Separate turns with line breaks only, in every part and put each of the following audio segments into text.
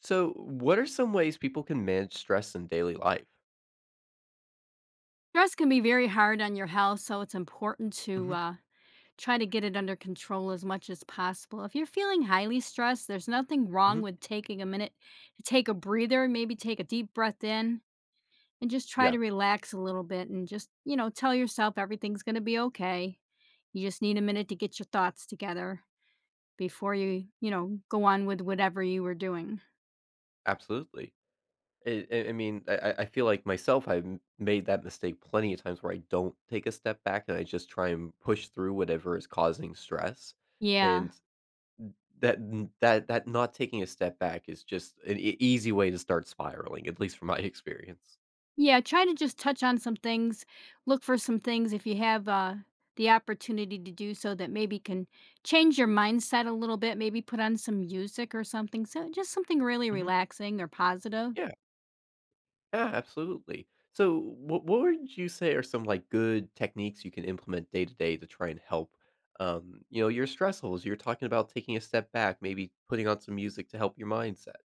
So, what are some ways people can manage stress in daily life?
Stress can be very hard on your health, so it's important to
hmm
try to get it under control as much as possible. If you're feeling highly stressed, there's nothing
hmm
wrong with taking a minute to take a breather, maybe take a deep breath in and just try
Yeah,
to relax a little bit and just, tell yourself everything's going to be okay. You just need a minute to get your thoughts together before you, go on with whatever you were doing.
absolutely. I mean, I feel like myself, I've made that mistake plenty of times where I don't take a step back and I just try and push through whatever is causing stress.
Yeah.
And that n- that that not taking a step back is just an easy way to start spiraling, at least from my experience.
Yeah, try to just touch on some things. Look for some things if you have the opportunity to do so that maybe can change your mindset a little bit. Maybe put on some music or something. So just something really
hmm
relaxing or positive.
Yeah. Yeah, absolutely. So, what would you say are some like good techniques you can implement day to day to try and help? You know, your stress levels. You're talking about taking a step back, maybe putting on some music to help your mindset.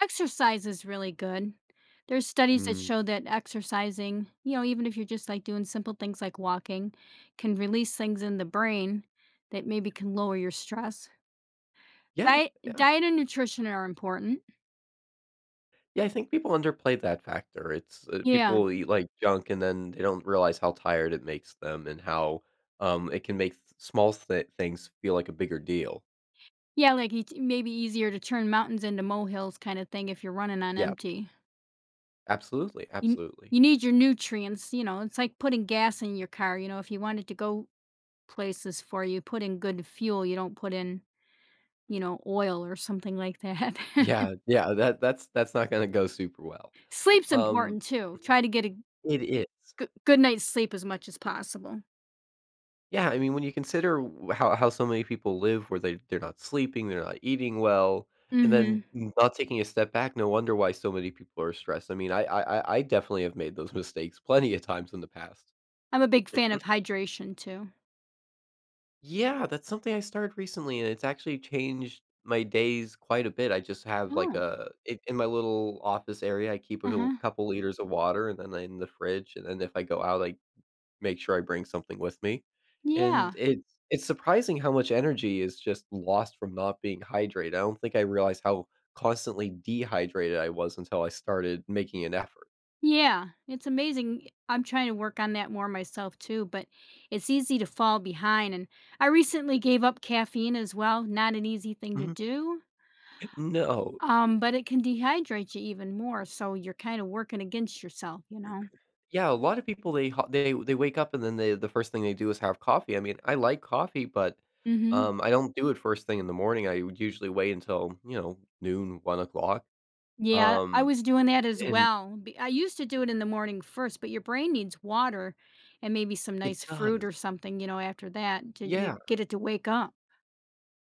Exercise is really good. There's studies that
Mm,
show that exercising, even if you're just like doing simple things like walking, can release things in the brain that maybe can lower your stress.
yeah,
Diet,
yeah,
diet and nutrition are important.
yeah. I think people underplay that factor. It's
Yeah.
people eat like junk, and then they don't realize how tired it makes them, and how it can make small things feel like a bigger deal.
Yeah, like it's maybe easier to turn mountains into molehills kind of thing if you're running on
Yeah,
empty.
absolutely,
You
absolutely.
you need your nutrients, it's like putting gas in your car, if you wanted to go places for you, put in good fuel, you don't put in, oil or something like that.
Yeah, yeah. That's not going to go super well.
Sleep's
Um,
important too. Try to get a
it is.
good night's sleep as much as possible.
Yeah, I mean, when you consider w how so many people live where they're not sleeping, they're not eating well, and
Mhm.
then not taking a step back, no wonder why so many people are stressed. I mean, I definitely have made those mistakes plenty of times in the past.
I'm a big fan of hydration too.
Yeah, that's something I started recently, and it's actually changed my days quite a bit. I just have, like,
Oh.
a in my little office area, I keep a l
Uh-huh.
couple liters of water, and then in the fridge, and then if I go out, I make sure I bring something with me. And
Yeah.
it's surprising how much energy is just lost from not being hydrated. I don't think I realized how constantly dehydrated I was until I started making an effort.
Yeah, it's amazing. I'm trying to work on that more myself too, but it's easy to fall behind. And I recently gave up caffeine as well. Not an easy thing to
Mhm.
do,
No.
but it can dehydrate you even more. So you're kind of working against yourself, you know?
Yeah, a lot of people they ho they wake up and then the first thing they do is have coffee. I mean, I like coffee, but,
Hmm.
I don't do it first thing in the morning. I would usually wait until, you know, noon, 1 o'clock.
Yeah, I
Um,
was doing that as
and
well. I used to do it in the morning first, but your brain needs water and maybe some
it
nice fruit
does.
or something, after that to
Yeah.
you get it to wake up.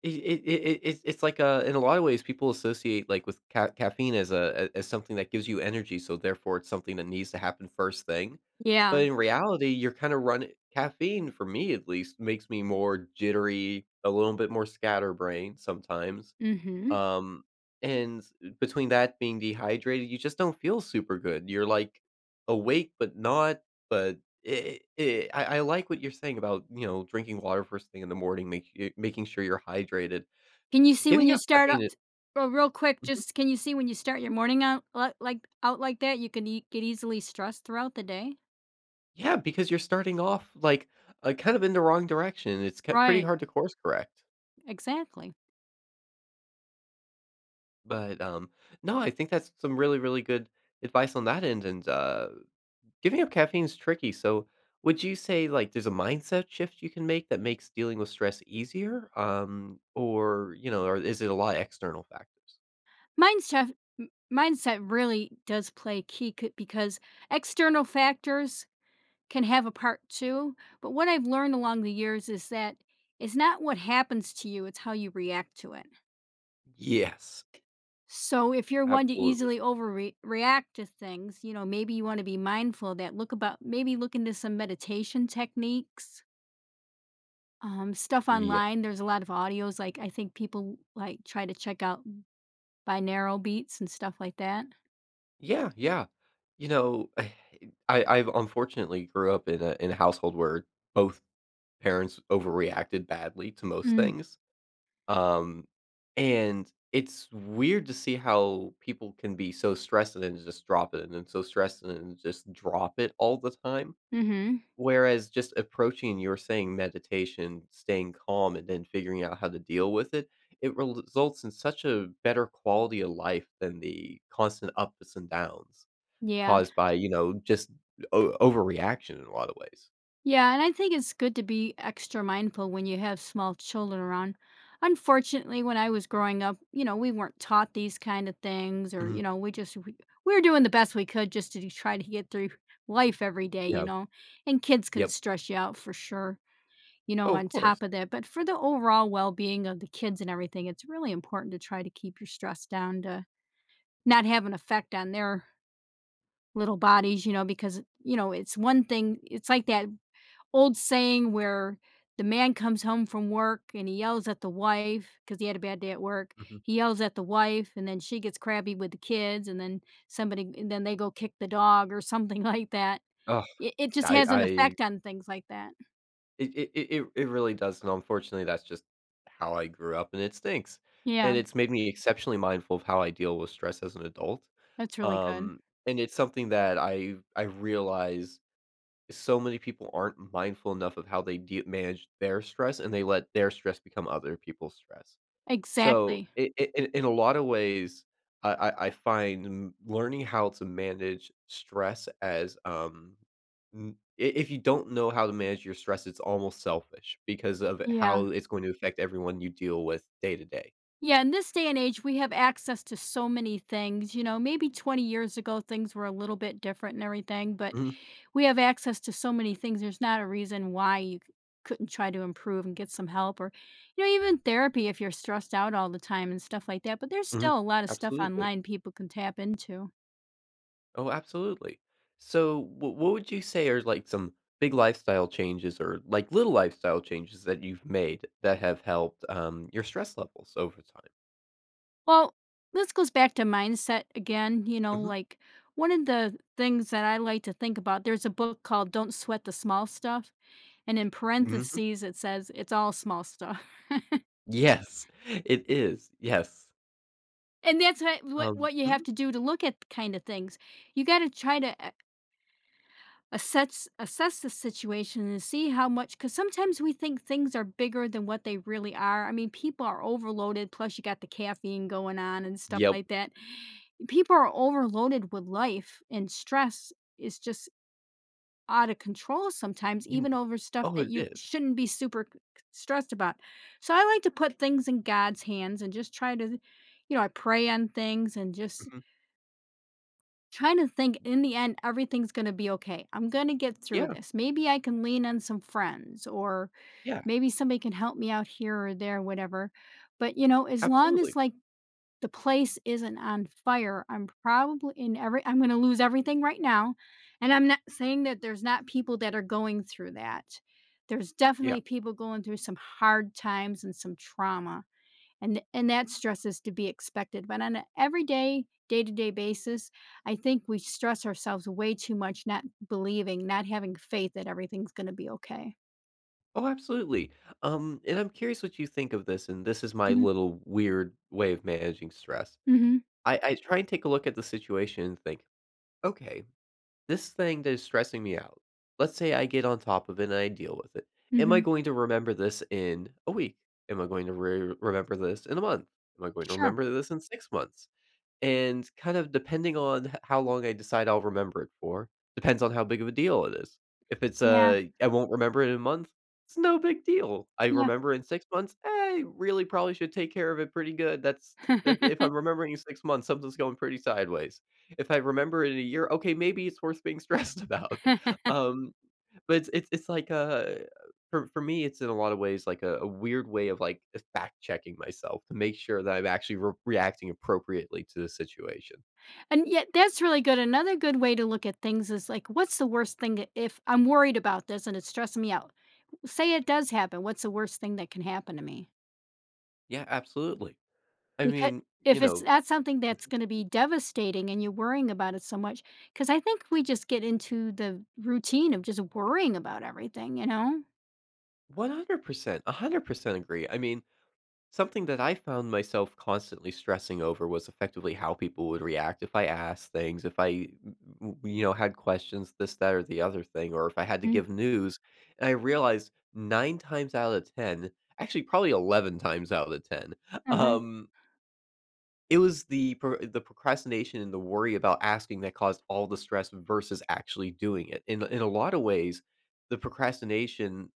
It's like, in a lot of ways, people associate, like, with ca caffeine as a as something that gives you energy, so therefore it's something that needs to happen first thing.
Yeah.
But in reality, you're kinda runni caffeine, for me at least, makes me more jittery, a little bit more scatterbrained sometimes,
Hmm.
um, and between that being dehydrated, you just don't feel super good. You're like awake, but not. But it, I like what you're saying about drinking water first thing in the morning, making sure you're hydrated.
Can you see when
Giving
you
up
start o
caffeine, it-
Well, real quick,
Mhm.
just can you see when you start your morning out li like out like that, you can ea get easily stressed throughout the day?
Yeah, because you're starting off like kind of in the wrong direction. It's pretty
Right,
hard to course correct.
exactly.
But no, I think that's some really really good advice on that end, and giving up caffeine is tricky, so would you say, like, there's a mindset shift you can make that makes dealing with stress easier? Or, you know, or is it a lot of external factors?
Mindset mindset really does play key c because external factors can have a part too, but what I've learned along the years is that it's not what happens to you, it's how you react to it.
Yes,
So if you're one to
absolutely.
easily overreact to things, maybe you want to be mindful of that look about maybe look into some meditation techniques. Stuff
Yeah.
online. There's a lot of audios. Like I think people like try to check out binaural beats and stuff like that.
Yeah, yeah. You know, I've unfortunately grew up in a household where both parents overreacted badly to most
Mm.
things. Um, and it's weird to see how people can be so stressed and then just drop it, and then so stressed and then just drop it all the time.
Mm-hmm.
Whereas just approaching, you're saying meditation, staying calm, and then figuring out how to deal with it, it results in such a better quality of life than the constant ups and downs
Yeah.
caused by, you know, just overreaction in a lot of ways.
Yeah, and I think it's good to be extra mindful when you have small children around. Unfortunately, when I was growing up, we weren't taught these kind of things, or you
Mhm.
know, we just we were doing the best we could just to try to get through life every day, you
Yeah.
know. And kids can
Yep.
stress you out for sure.
Oh, of
On
course.
top of that, but for the overall well-being of the kids and everything, it's really important to try to keep your stress down to not have an effect on their little bodies, because you know it's one thing. It's like that old saying where the man comes home from work and he yells at the wife because he had a bad day at work.
Mhm.
He yells at the wife, and then she gets crabby with the kids, and and then they go kick the dog or something like that.
Ugh,
It just has an
I
effect on things like that.
It really does, and unfortunately, that's just how I grew up, and it stinks,
Yeah,
and it's made me exceptionally mindful of how I deal with stress as an adult,
that's really good.
um, and it's something that I realize so many people aren't mindful enough of how they de manage their stress, and they let their stress become other people's stress. So,
Exactly.
I in a lot of ways, I find m learning how to manage stress as, n I if you don't know how to manage your stress, it's almost selfish because of
Yeah.
how it's going to affect everyone you deal with day to day.
Yeah. In this day and age, we have access to so many things. Maybe 20 years ago, things were a little bit different and everything, but
Mhm,
we have access to so many things. There's not a reason why you couldn't try to improve and get some help or, even therapy if you're stressed out all the time and stuff like that. But there's
mhm,
still a lot of stuff
absolutely.
online people can tap into.
Oh, absolutely. So, what would you say are, like, some big lifestyle changes or, like, little lifestyle changes that you've made that have helped, your stress levels over time?
Well, this goes back to mindset again,
Mhm,
like one of the things that I like to think about, there's a book called Don't Sweat the Small Stuff. And in
mhm.
parentheses, it says it's all small stuff.
Yes, it is, yes.
And that's what, what what you have
Mhm,
to do to look at kind of things. You got to try to assess the situation and see how much because sometimes we think things are bigger than what they really are. I mean, people are overloaded, plus you got the caffeine going on and stuff
yep.
like that. People are overloaded with life, and stress is just out of control sometimes,
You
even
kn-
over stuff
Oh,
that
it
you
is.
shouldn't be super stressed about. So I like to put things in God's hands and just try to. I pray on things, and just
Mhm.
trying to think, in the end, everything's gonna be okay. I'm gonna get through
Yeah,
this. Maybe I can lean on some friends, or
yeah,
maybe somebody can help me out here or there, whatever. But, as long as
absolutely.
like the place isn't on fire, I'm probably in every I'm gonna lose everything right now. And I'm not saying that there's not people that are going through that. There's
Yeah.
definitely people going through some hard times and some trauma. And that stress is to be expected, but on a everyday, day-to-day basis, I think we stress ourselves way too much, not believing, not having faith that everything's gonna be okay.
Oh, absolutely. And I'm curious what you think of this, and this is my
Mhm,
little weird way of managing stress.
mhm,
I try and take a look at the situation and think, "Okay, this thing that is stressing me out, let's say I get on top of it and I deal with it. Am I
mhm.
going to remember this in a week? Am I going to re remember this in a month? Am I going to
Sure.
remember this in 6 months? And kind of depending on h how long I decide I'll remember it for, depends on how big of a deal it is. If it's
Yeah,
a I won't remember it in a month, it's no big deal. I
yeah.
remember in 6 months, I really probably should take care of it pretty good." That's that If I'm remembering in 6 months, something's going pretty sideways. If I remember it in a year, okay, maybe it's worth being stressed about. Um, but it's like, for me, it's in a lot of ways like a weird way of, like, fact checking myself to make sure that I'm actually re reacting appropriately to the situation.
And yet that's really good. Another good way to look at things is, like, what's the worst thing that if I'm worried about this and it's stressing me out, say it does happen, what's the worst thing that can happen to me?
Yeah, absolutely. I
Because
mean,
if
you
it's
know,
that's something that's gonna be devastating and you're worrying about it so much, because I think we just get into the routine of just worrying about everything, you know?
100%, 100% agree. I mean, something that I found myself constantly stressing over was effectively how people would react if I asked things, if I, m- m- you know, had questions, this, that, or the other thing, or if I had to
Mm,
give news. And I realized nine times out of 10, actually, probably 11 times out of 10,
mhm.
um, it was the procrastination and the worry about asking that caused all the stress versus actually doing it. In a lot of ways, the procrastination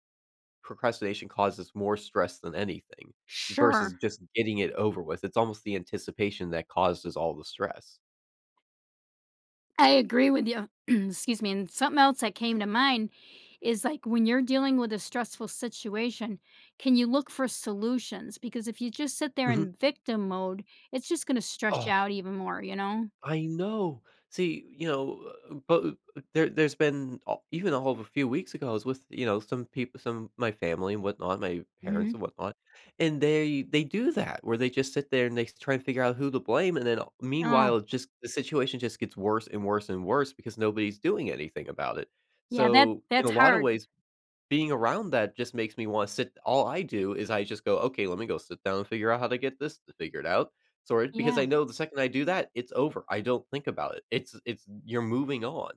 procrastination causes more stress than anything versus
Sure.
just getting it over with. It's almost the anticipation that causes all the stress.
I agree with you. Excuse me, and something else that came to mind is, like, when you're dealing with a stressful situation, can you look for solutions? Because if you just sit there
Mhm.
in victim mode, it's just gonna stress you
Oh,
out even more, you know?
I know. See, you know, but there there's been a even all of a few weeks ago, I was with, you know, some my family and whatnot, my parents
Mhm.
and whatnot, and they do that where they just sit there and they try and figure out who to blame, and then
Oh,
meanwhile, just the situation just gets worse and worse and worse because nobody's doing anything about it.
yeah, that
So, in a
that's
lot of
hard.
ways being around that just makes me wanna sit all I do is I just go, "Okay, let me go sit down and figure out how to get this figured out." sort Because
Yeah.
I know the second I do that, it's over, I don't think about it. It's you're moving on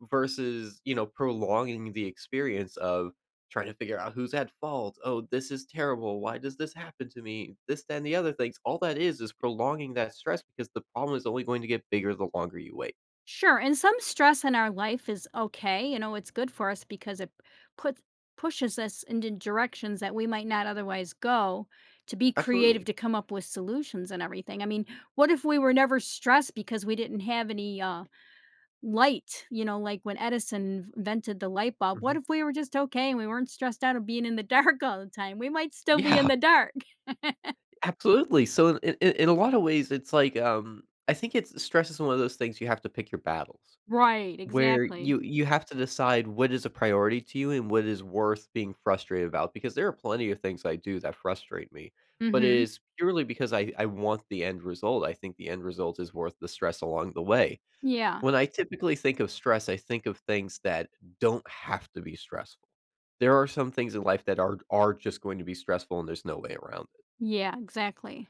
versus, you know, prolonging the experience of trying to figure out who's at fault, "Oh, this is terrible. Why does this happen to me?" This, that, and the other things. All that is prolonging that stress because the problem is only going to get bigger the longer you wait.
Sure, and some stress in our life is okay. You know, it's good for us because it puts pushes us into directions that we might not otherwise go to be creative,
Absolutely.
to come up with solutions and everything. I mean, what if we were never stressed because we didn't have any light, like when Edison invented the light bulb? What
Mhm.
if we were just okay and we weren't stressed out of being in the dark all the time? We might still be in
Yeah.
the dark.
Absolutely. So in a lot of ways, it's like, I think it's stress is one of those things you have to pick your battles,
Right,
where
exactly.
you have to decide what is a priority to you and what is worth being frustrated about, because there are plenty of things I do that frustrate me, but it
Mhm.
is purely because I want the end result. I think the end result is worth the stress along the way.
Yeah.
When I typically think of stress, I think of things that don't have to be stressful. There are some things in life that are just going to be stressful and there's no way around it.
Yeah, exactly.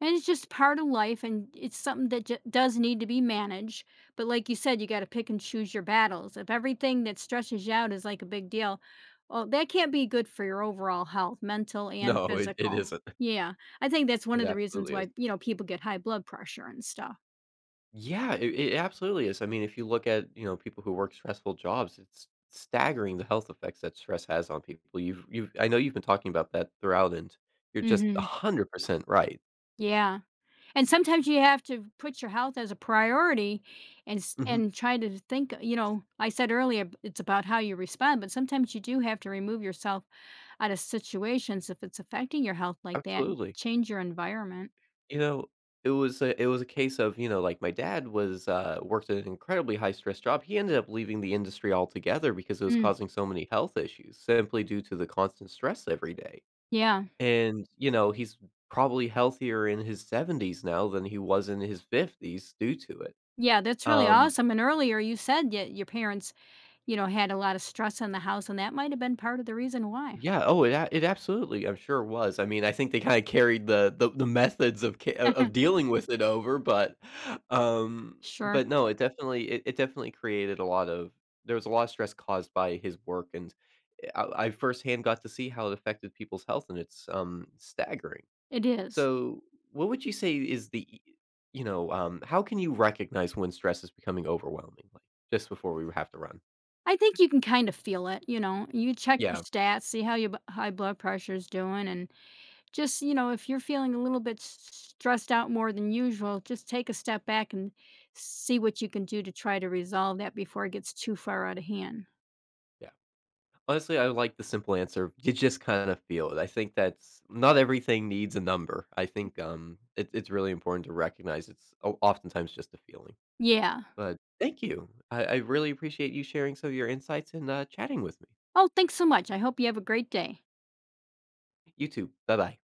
And it's just part of life, and it's something that does need to be managed. But like you said, you got to pick and choose your battles. If everything that stresses you out is like a big deal, well, that can't be good for your overall health, mental and
No, it
physical.
isn't.
Yeah, I think that's one
It
of the reasons
absolutely is.
why people get high blood pressure and stuff.
Yeah, it absolutely is. I mean, if you look at, you know, people who work stressful jobs, it's staggering the health effects that stress has on people. You've I know you've been talking about that throughout, and you're just
Hmm.
100% right.
Yeah, and sometimes you have to put your health as a priority, and s-
Mhm.
and try to think. I said earlier it's about how you respond, but sometimes you do have to remove yourself out of situations if it's affecting your health like that.
Absolutely.
Change your environment.
You know, it was a case of, you know, like, my dad was, worked at an incredibly high-stress job. He ended up leaving the industry altogether because it was
Mm,
causing so many health issues simply due to the constant stress every day.
yeah.
And, you know, he's probably healthier in his 70s now than he was in his 50s due to it.
Yeah, that's really
Um,
awesome, and earlier you said that your parents, had a lot of stress in the house, and that might have been part of the reason why.
yeah, it absolutely, I'm sure was. I mean, I think they kinda carried the methods of ca o of dealing with it over,
Sure,
but no, it definitely created a lot of stress caused by his work, and I firsthand got to see how it affected people's health, and it's, staggering.
it is.
So, what would you say is you know, how can you recognize when stress is becoming overwhelming? Like just before we have to run.
I think you can kind of feel it, you check your
Yeah,
stats, see how your b high blood pressure is doing, and just, if you're feeling a little bit s stressed out more than usual, just take a step back and see what you can do to try to resolve that before it gets too far out of hand.
yeah. Honestly, I like the simple answer. You just kind of feel it. I think that's not everything needs a number. I think it's really important to recognize it's oftentimes just a feeling.
Yeah.
But thank you. I really appreciate you sharing some of your insights and chatting with me.
Oh, thanks so much. I hope you have a great day.
You too. Bye bye.